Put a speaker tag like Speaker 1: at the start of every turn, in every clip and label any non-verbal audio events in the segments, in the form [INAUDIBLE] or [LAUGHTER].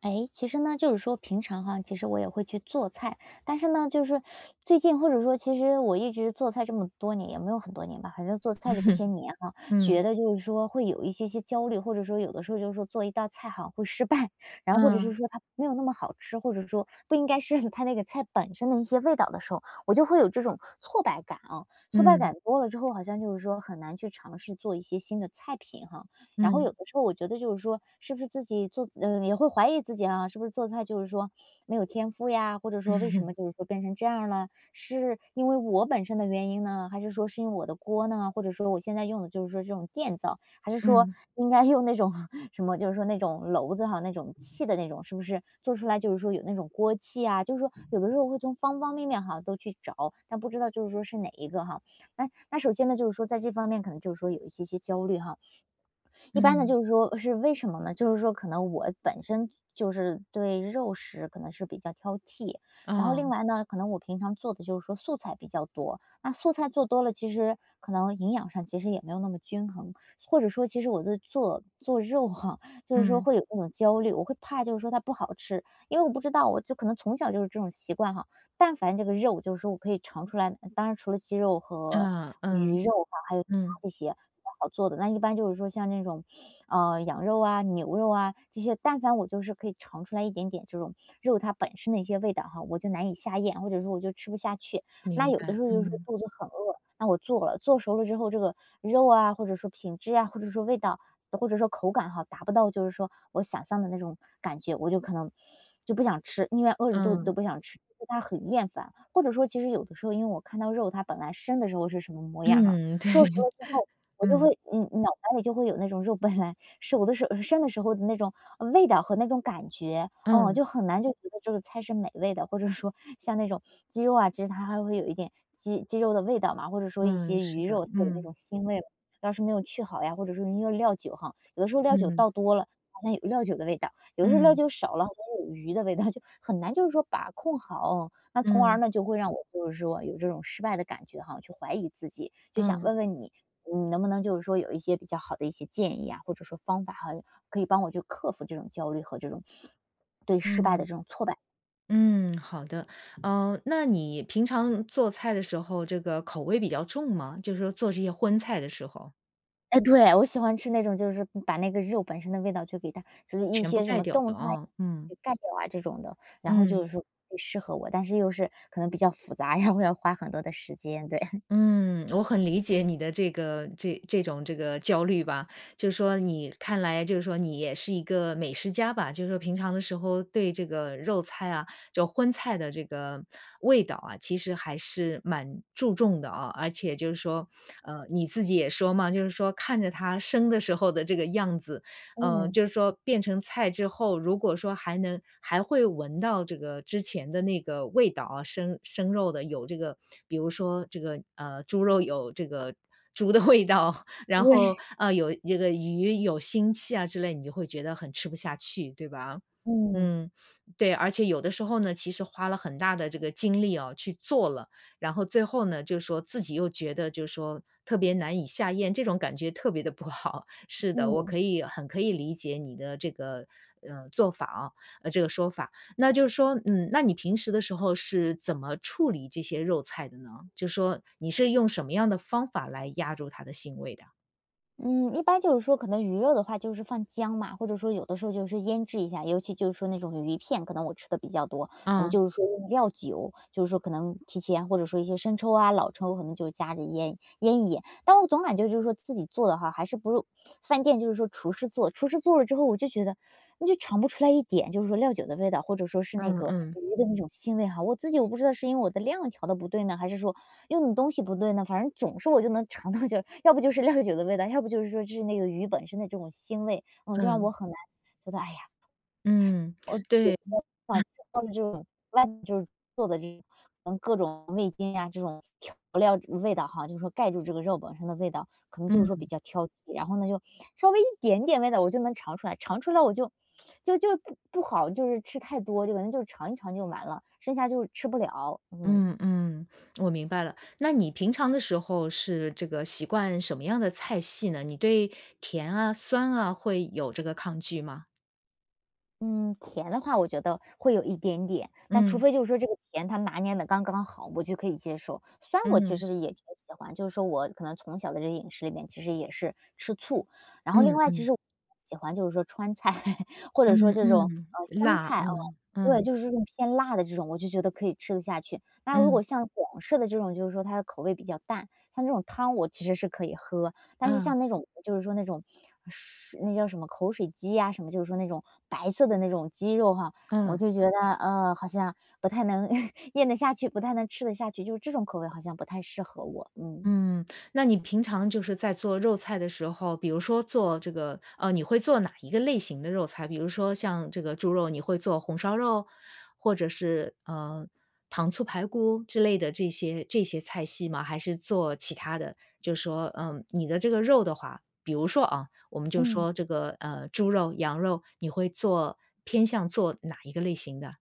Speaker 1: 哎，其实呢，就是说平常哈，其实我也会去做菜，但是呢，就是最近或者说其实我一直做菜这么多年，也没有很多年吧，反正做菜的这些
Speaker 2: [LAUGHS]
Speaker 1: 年哈，
Speaker 2: 嗯，
Speaker 1: 觉得就是说会有一些些焦虑，或者说有的时候就是说做一道菜哈会失败，然后或者是
Speaker 2: 嗯，
Speaker 1: 说它没有那么好吃，或者说不应该是 [LAUGHS] 它那个菜本身的一些味道的时候，我就会有这种挫败感啊。挫败
Speaker 2: 嗯，
Speaker 1: 感多了之后，好像就是说很难去尝试做一些新的菜品哈。然后
Speaker 2: 嗯，
Speaker 1: 有的时候我觉得就是说，是不是自己做也会怀疑自己啊，是不是做菜就是说没有天赋呀？或者说为什么
Speaker 2: 嗯，
Speaker 1: 就是说变成这样了？是因为我本身的原因呢，还是说是因为我的锅呢？或者说我现在用的就是说这种电灶，还是说
Speaker 2: 嗯，
Speaker 1: 应该用那种 [LAUGHS] 什么，就是说那种篓子哈，那种气的那种，是不是做出来就是说有那种锅气啊？就是说有的时候会从方方面面哈都去找，但不知道就是说是哪一个哈。那首先呢，就是说在这方面可能就是说有一些些焦虑哈，一般呢，
Speaker 2: 嗯
Speaker 1: 就是说是为什么呢？就是说可能我本身就是对肉食可能是比较挑剔，然后
Speaker 2: 哦
Speaker 1: 另外呢，可能我平常做的就是说素菜比较多，那素菜做多了，其实可能营养上其实也没有那么均衡，或者说其实我对做肉哈、就是说
Speaker 2: 嗯，
Speaker 1: 会有那种焦虑，我会怕就是说它不好吃，因为我不知道，我就可能从小就是这种习惯哈。但凡这个肉，就是说我可以尝出来，当然除了鸡肉和
Speaker 2: 啊，嗯，
Speaker 1: 鱼肉哈，还有其他
Speaker 2: 嗯，
Speaker 1: 这些比较好做的，那一般就是说像那种羊肉啊、牛肉啊这些，但凡我就是可以尝出来一点点这种肉它本身的一些味道哈，我就难以下咽，或者说我就吃不下去。那
Speaker 2: 明
Speaker 1: 有的
Speaker 2: 白，
Speaker 1: 时候就是说
Speaker 2: 嗯，
Speaker 1: 肚子很饿，那我做了，做熟了之后，这个肉啊，或者说品质啊，或者说味道，或者说口感哈，达不到就是说我想象的那种感觉，我就可能就不想吃，宁愿饿着肚子
Speaker 2: 嗯，
Speaker 1: 都不想吃，对它很厌烦。或者说，其实有的时候，因为我看到肉它本来生的时候是什么模样哈，
Speaker 2: 嗯，对，
Speaker 1: 做熟了之
Speaker 2: [LAUGHS]
Speaker 1: 后我就
Speaker 2: 嗯，
Speaker 1: 会脑袋里就会有那种肉本来熟的时候生的时候的那种，味道和那种感觉，哦，
Speaker 2: 嗯，
Speaker 1: 就很难就觉得这个菜是美味的。或者说像那种鸡肉啊，其实它还会有一点鸡肉的味道嘛，或者说一
Speaker 2: 嗯，
Speaker 1: 些
Speaker 2: 是
Speaker 1: 鱼
Speaker 2: 的，
Speaker 1: 肉它有那
Speaker 2: 嗯，
Speaker 1: 种腥味嘛要是没有去好呀，或者说因为料酒哈，有的时候料酒
Speaker 2: 嗯，
Speaker 1: 倒多了，好像有料酒的味道，有的时候料
Speaker 2: 嗯，
Speaker 1: 酒少了，好像有鱼的味道，就很难就是说把控好。那从而
Speaker 2: 嗯，
Speaker 1: 呢，就会让我就是说有这种失败的感觉哈，去怀疑自己，就想
Speaker 2: 嗯，
Speaker 1: 问问你，嗯，能不能就是说有一些比较好的一些建议啊，或者说方法哈，可以帮我去克服这种焦虑和这种对失败的
Speaker 2: 嗯，
Speaker 1: 这种挫败。
Speaker 2: 嗯，好的。那你平常做菜的时候，这个口味比较重吗？就是说做这些荤菜的时候，
Speaker 1: 哎，对，我喜欢吃那种就是把那个肉本身的味道就给它，就是一
Speaker 2: 全部
Speaker 1: 些什
Speaker 2: 盖
Speaker 1: 么
Speaker 2: 掉
Speaker 1: 冻
Speaker 2: 的
Speaker 1: 菜
Speaker 2: 啊，嗯，
Speaker 1: 给盖掉啊这种的，然后就
Speaker 2: 嗯。
Speaker 1: 是说适合我，但是又是可能比较复杂，然后要花很多的时间，对，[LAUGHS]
Speaker 2: 嗯，我很理解你的这种焦虑吧，就是说你看来就是说你也是一个美食家吧，就是说平常的时候对这个肉菜啊，就荤菜的这个味道啊，其实还是蛮注重的啊，而且就是说，你自己也说嘛，就是说看着它生的时候的这个样子，
Speaker 1: 嗯，
Speaker 2: 就是说变成菜之后，如果说还会闻到这个之前的那个味道啊，生肉的有这个，比如说这个猪肉有这个猪的味道，[LAUGHS] 然
Speaker 1: 对，
Speaker 2: 后
Speaker 1: [LAUGHS]
Speaker 2: 有这个鱼有腥气啊之类，你就会觉得很吃不下去，对吧？
Speaker 1: 嗯
Speaker 2: 嗯，对，而且有的时候呢，其实花了很大的这个精力哦去做了，然后最后呢，就是说自己又觉得就是说特别难以下咽，这种感觉特别的不好。是的，我
Speaker 1: 嗯。
Speaker 2: 可以很可以理解你的这个做法啊，这个说法。那就是说，嗯，那你平时的时候是怎么处理这些肉菜的呢？就是说你是用什么样的方法来压住它的腥味的？
Speaker 1: 嗯，一般就是说可能鱼肉的话就是放姜嘛，或者说有的时候就是腌制一下，尤其就是说那种鱼片，可能我吃的比较多，可能
Speaker 2: 嗯
Speaker 1: 就是说用料酒，就是说可能提前或者说一些生抽啊、老抽，可能就加着腌腌一腌。但我总感觉就是说自己做的哈，还是不如饭店就是说厨师做，厨师做了之后，我就觉得你就尝不出来一点，就是说料酒的味道，或者说是那
Speaker 2: 嗯
Speaker 1: 个
Speaker 2: 嗯
Speaker 1: 鱼的那种腥味哈。我自己我不知道是因为我的量调的不对呢，还是说用的东西不对呢，反正总是我就能尝到，就是要不就是料酒的味道，要不就是说是那个鱼本身的这种腥味，嗯，就让我
Speaker 2: 嗯
Speaker 1: 很难觉得，哎呀，
Speaker 2: 嗯，
Speaker 1: 我酒
Speaker 2: 对，
Speaker 1: 精话到了这种外面就是做的这嗯，各种味精呀，这种调料味道哈，就是说盖住这个肉本身的味道，可能就是说
Speaker 2: 嗯
Speaker 1: 比较挑剔，然后呢，就稍微一点点味道我就能尝出来，尝出来我就不好，就是吃太多，就可能就尝一尝就完了，剩下就吃不了，
Speaker 2: 嗯
Speaker 1: 嗯。
Speaker 2: 嗯，我明白了。那你平常的时候是这个习惯什么样的菜系呢？你对甜啊、酸啊会有这个抗拒吗？
Speaker 1: 嗯，甜的话我觉得会有一点点，但除
Speaker 2: 嗯
Speaker 1: 非就是说这个甜它拿捏的刚刚好，我就可以接受。酸我其
Speaker 2: 嗯
Speaker 1: 实也挺喜欢，就是说我可能从小的这个饮食里面其实也是吃醋，然后
Speaker 2: 嗯
Speaker 1: 另外其
Speaker 2: 嗯。
Speaker 1: 实我喜欢就是说川菜 [LAUGHS]，或者说
Speaker 2: 嗯
Speaker 1: 这种
Speaker 2: 嗯，
Speaker 1: 湘
Speaker 2: 辣，
Speaker 1: 菜啊，
Speaker 2: 嗯，
Speaker 1: 对，
Speaker 2: 嗯，
Speaker 1: 就是这种偏辣的这种，我就觉得可以吃得下去。那如
Speaker 2: 嗯，
Speaker 1: 果像广式的这种，就是说它的口味比较淡，像这种汤我其实是可以喝，但是
Speaker 2: 嗯，
Speaker 1: 像那种就是说那种是那叫什么口水鸡呀什么，就是说那种白色的那种鸡肉哈，我
Speaker 2: 嗯，
Speaker 1: 就觉得，呃，好像不太能 [LAUGHS] 咽得下去，不太能吃得下去，就是这种口味好像不太适合我，嗯。
Speaker 2: 嗯。那你平常就是在做肉菜的时候，比如说做这个你会做哪一个类型的肉菜？比如说像这个猪肉，你会做红烧肉，或者是，糖醋排骨之类的这些菜系吗？还是做其他的？就是说，嗯，你的这个肉的话，比如说啊，我们就
Speaker 1: 嗯。
Speaker 2: 说这个，猪肉、羊肉，你会做偏向做哪一个类型的？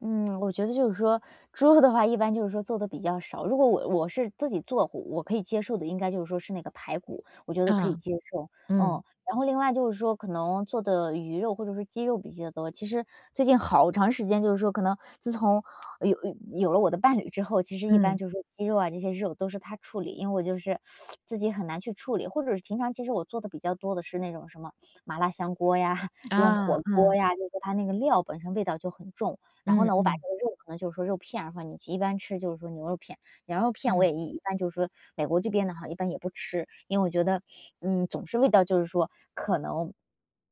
Speaker 1: 嗯，我觉得就是说，猪肉的话，一般就是说做的比较少。如果我是自己做，我可以接受的，应该就是说是那个排骨，我觉得可以
Speaker 2: 啊，
Speaker 1: 接受。
Speaker 2: 嗯。
Speaker 1: 嗯，然后另外就是说，可能做的鱼肉或者是鸡肉比较多。其实最近好长时间，就是说可能自从有有了我的伴侣之后，其实一般
Speaker 2: 嗯，
Speaker 1: 就是说鸡肉啊这些肉都是他处理，因为我就是自己很难去处理，或者是平常其实我做的比较多的是那种什么麻辣香锅呀，这种
Speaker 2: 啊，
Speaker 1: 火锅
Speaker 2: 嗯，
Speaker 1: 呀，就是说它那个料本身味道就很重。然后
Speaker 2: 嗯
Speaker 1: 呢，我把这
Speaker 2: 嗯
Speaker 1: 个肉可能就是说肉片儿的话，你一般吃就是说牛肉片，羊肉片我
Speaker 2: 嗯
Speaker 1: 也一般就是说美国这边的哈，一般也不吃，因为我觉得，总是味道就是说可能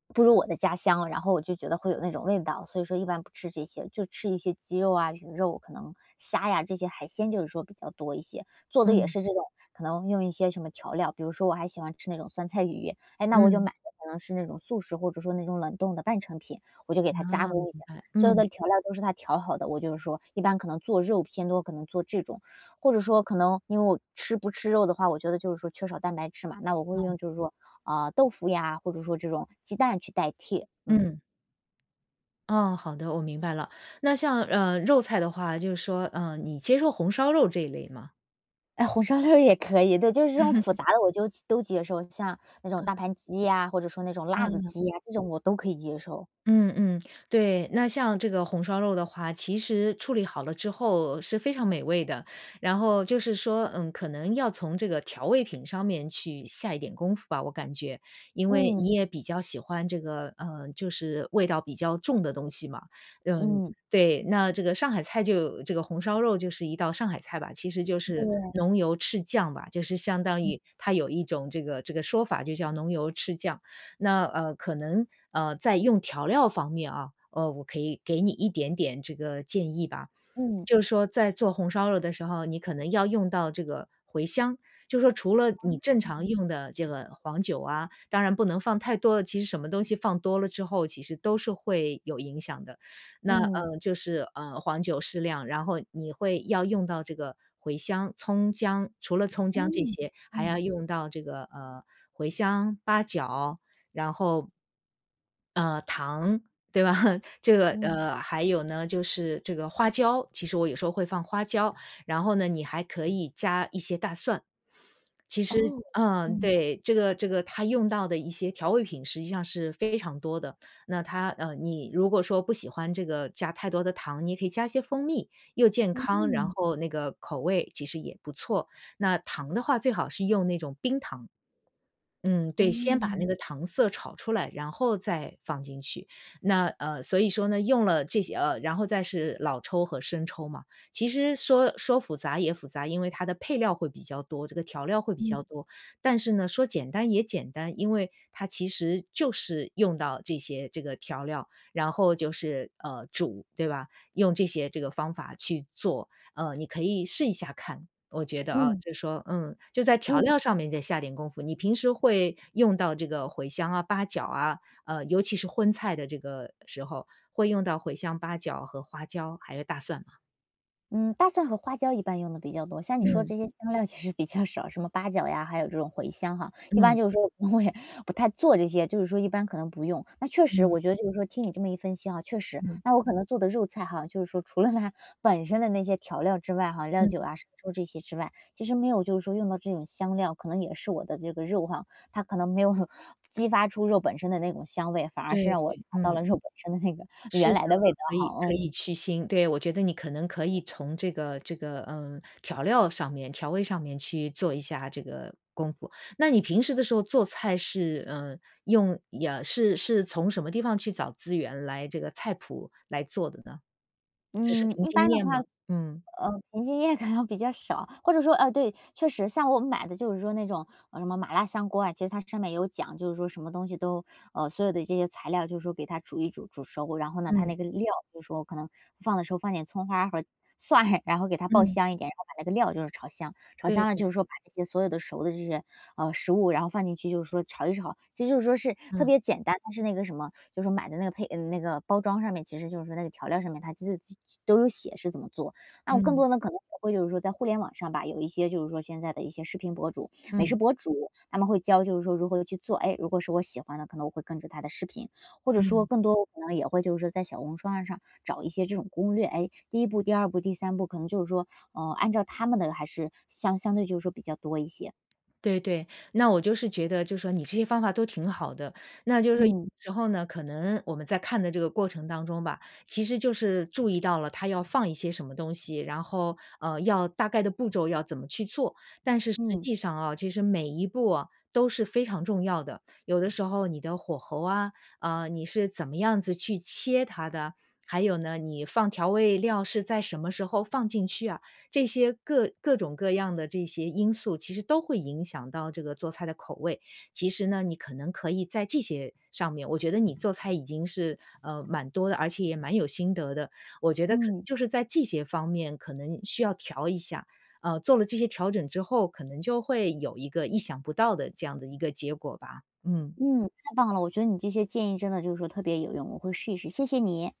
Speaker 1: 不如我的家乡，然后我就觉得会有那种味道，所以说一般不吃这些，就吃一些鸡肉啊、鱼肉，可能虾呀这些海鲜就是说比较多一些，做的也
Speaker 2: 嗯
Speaker 1: 是这种可能用一些什么调料，比如说我还喜欢吃那种酸菜鱼，哎，那我就
Speaker 2: 嗯，
Speaker 1: 买的可能是那种素食或者说那种冷冻的半成品，我就给它加
Speaker 2: 啊，明
Speaker 1: 工一下。
Speaker 2: 白，
Speaker 1: 所有
Speaker 2: 嗯
Speaker 1: 的调料都是他调好的，我就是说一般可能做肉偏多，可能做这种，或者说可能因为我吃不吃肉的话，我觉得就是说缺少蛋白质嘛，那我会用就是说，啊，豆腐呀，或者说这种鸡蛋去代替，嗯。
Speaker 2: 嗯，哦，好的，我明白了。那像，肉菜的话，就是说，你接受红烧肉这一类吗？
Speaker 1: 哎，红烧肉也可以，对，就是这种复杂的我就都接受，像那种大盘鸡呀，或者说那种辣子鸡呀，这种我都可以接受。
Speaker 2: 嗯嗯，对，那像这个红烧肉的话，其实处理好了之后是非常美味的。然后就是说，嗯，可能要从这个调味品上面去下一点功夫吧，我感觉，因为
Speaker 1: 嗯，
Speaker 2: 你也比较喜欢这个，就是味道比较重的东西嘛。嗯，
Speaker 1: 嗯，
Speaker 2: 对，那这个上海菜就这个红烧肉就是一道上海菜吧，其实就是
Speaker 1: 对，
Speaker 2: 浓油赤酱吧，就是相当
Speaker 1: 嗯，
Speaker 2: 于它有一种这个说法，就叫浓油赤酱。那可能在用调料方面啊，我可以给你一点点这个建议吧。
Speaker 1: 嗯，
Speaker 2: 就是说在做红烧肉的时候，你可能要用到这个茴香，就说除了你正常用的这个黄酒啊，当然不能放太多了，其实什么东西放多了之后，其实都是会有影响的。那
Speaker 1: 嗯，
Speaker 2: 就是黄酒适量，然后你会要用到这个茴香、葱姜，除了葱姜这
Speaker 1: 嗯，
Speaker 2: 些，还要
Speaker 1: 嗯，
Speaker 2: 用到这个茴香、八角，然后，糖，对吧？[LAUGHS] 这个，
Speaker 1: 嗯，
Speaker 2: 还有呢，就是这个花椒，其实我有时候会放花椒，然后呢，你还可以加一些大蒜。其实，
Speaker 1: 哦，
Speaker 2: 嗯，
Speaker 1: 嗯，
Speaker 2: 对，这个它用到的一些调味品实际上是非常多的。那它，你如果说不喜欢这个加太多的糖，你也可以加一些蜂蜜，又健康，然
Speaker 1: 嗯，
Speaker 2: 后那个口味其实也不错。那糖的话，最好是用那种冰糖。嗯，对，先把那
Speaker 1: 嗯，
Speaker 2: 个糖色炒出来，然后再放进去。那所以说呢，用了这些然后再是老抽和生抽嘛。其实说说复杂也复杂，因为它的配料会比较多，这个调料会比
Speaker 1: 嗯，
Speaker 2: 较多。但是呢，说简单也简单，因为它其实就是用到这些这个调料，然后就是煮，对吧？用这些这个方法去做，你可以试一下看。我觉得啊，
Speaker 1: 嗯。
Speaker 2: 就说嗯，就在
Speaker 1: 嗯
Speaker 2: 调料上面再下点功夫。你平时会用到这个茴香啊、八角啊，尤其是荤菜的这个时候，会用到茴香、八角和花椒，还有大蒜吗？
Speaker 1: 嗯，大蒜和花椒一般用的比较多，像你说
Speaker 2: 嗯，
Speaker 1: 这些香料其实比较少，什么八角呀，还有这种茴香哈，一般
Speaker 2: 嗯，
Speaker 1: 就是说我也不太做这些，就是说一般可能不用。那确实
Speaker 2: 嗯，
Speaker 1: 我觉得就是说听你这么一分析哈，确实，
Speaker 2: 嗯，
Speaker 1: 那我可能做的肉菜哈，就是说除了它本身的那些调料之外哈，料
Speaker 2: 嗯，
Speaker 1: 酒啊、生抽这些之外，其实没有就是说用到这种香料，可能也是我的这个肉哈，它可能没有 [LAUGHS] 激发出肉本身的那种香味，反而是
Speaker 2: 对
Speaker 1: 让我尝
Speaker 2: 对，
Speaker 1: 到
Speaker 2: 嗯。
Speaker 1: 了肉本身的那个
Speaker 2: 是
Speaker 1: 原
Speaker 2: 的，
Speaker 1: 来的味道
Speaker 2: 可以
Speaker 1: 哈，
Speaker 2: 可以
Speaker 1: 嗯。
Speaker 2: 去腥。对，我觉得你可能可以从这个，嗯，调料上面调味上面去做一下这个功夫。那你平时的时候做菜是，嗯，用也是是从什么地方去找资源来这个菜谱来做的呢？只是
Speaker 1: 嗯，
Speaker 2: 凭
Speaker 1: 一
Speaker 2: 经
Speaker 1: 般的
Speaker 2: 验
Speaker 1: 话
Speaker 2: 吗？嗯，
Speaker 1: 平均夜可能比较少，或者说对，确实像我们买的就是说那种，呃，什么麻辣香锅啊，其实它上面有讲，就是说什么东西都所有的这些材料就是说给它煮一煮，煮熟，然后呢，它
Speaker 2: 嗯，
Speaker 1: 那个料就是说可能放的时候放点葱花和蒜，[LAUGHS] 然后给它爆
Speaker 2: 嗯，
Speaker 1: 香一点，然后把那个料就是炒香，炒
Speaker 2: 对
Speaker 1: 香了
Speaker 2: 对，
Speaker 1: 就是说把这些所有的熟的这些，呃，食物，然后放进去就是说炒一炒，其实就是说是特
Speaker 2: 嗯，
Speaker 1: 别简单，但是那个什么，就是说买的那个那个包装上面，其实就是说那个调料上面它其实都有写是怎么做，那我更
Speaker 2: 嗯，
Speaker 1: 多的可能也会就是说在互联网上吧，有一些就是说现在的一些视频博主、美食
Speaker 2: 嗯，
Speaker 1: 博主，他们会教就是说如何去做。哎，如果是我喜欢的，可能我会跟着他的视频，或者说
Speaker 2: 嗯。
Speaker 1: 更多我可能也会就是说在小红书啊上找一些这种攻略。哎，第一步、第二步、第三步，可能就是说，呃，按照他们的还是相对就是说比较多一些。
Speaker 2: 对对，那我就是觉得就是说你这些方法都挺好的，那就是说有
Speaker 1: 嗯，
Speaker 2: 时候呢，可能我们在看的这个过程当中吧，其实就是注意到了他要放一些什么东西，然后要大概的步骤要怎么去做，但是实
Speaker 1: 嗯，
Speaker 2: 际上啊，其实每一步啊都是非常重要的。有的时候你的火候啊，你是怎么样子去切它的，还有呢，你放调味料是在什么时候放进去啊？这些各种各样的这些因素，其实都会影响到这个做菜的口味。其实呢，你可能可以在这些上面，我觉得你做菜已经是蛮多的，而且也蛮有心得的。我觉得可
Speaker 1: 嗯，
Speaker 2: 就是在这些方面，可能需要调一下。做了这些调整之后，可能就会有一个意想不到的这样的一个结果吧。嗯。
Speaker 1: 嗯，太棒了，我觉得你这些建议真的就是说特别有用，我会试一试，谢谢你。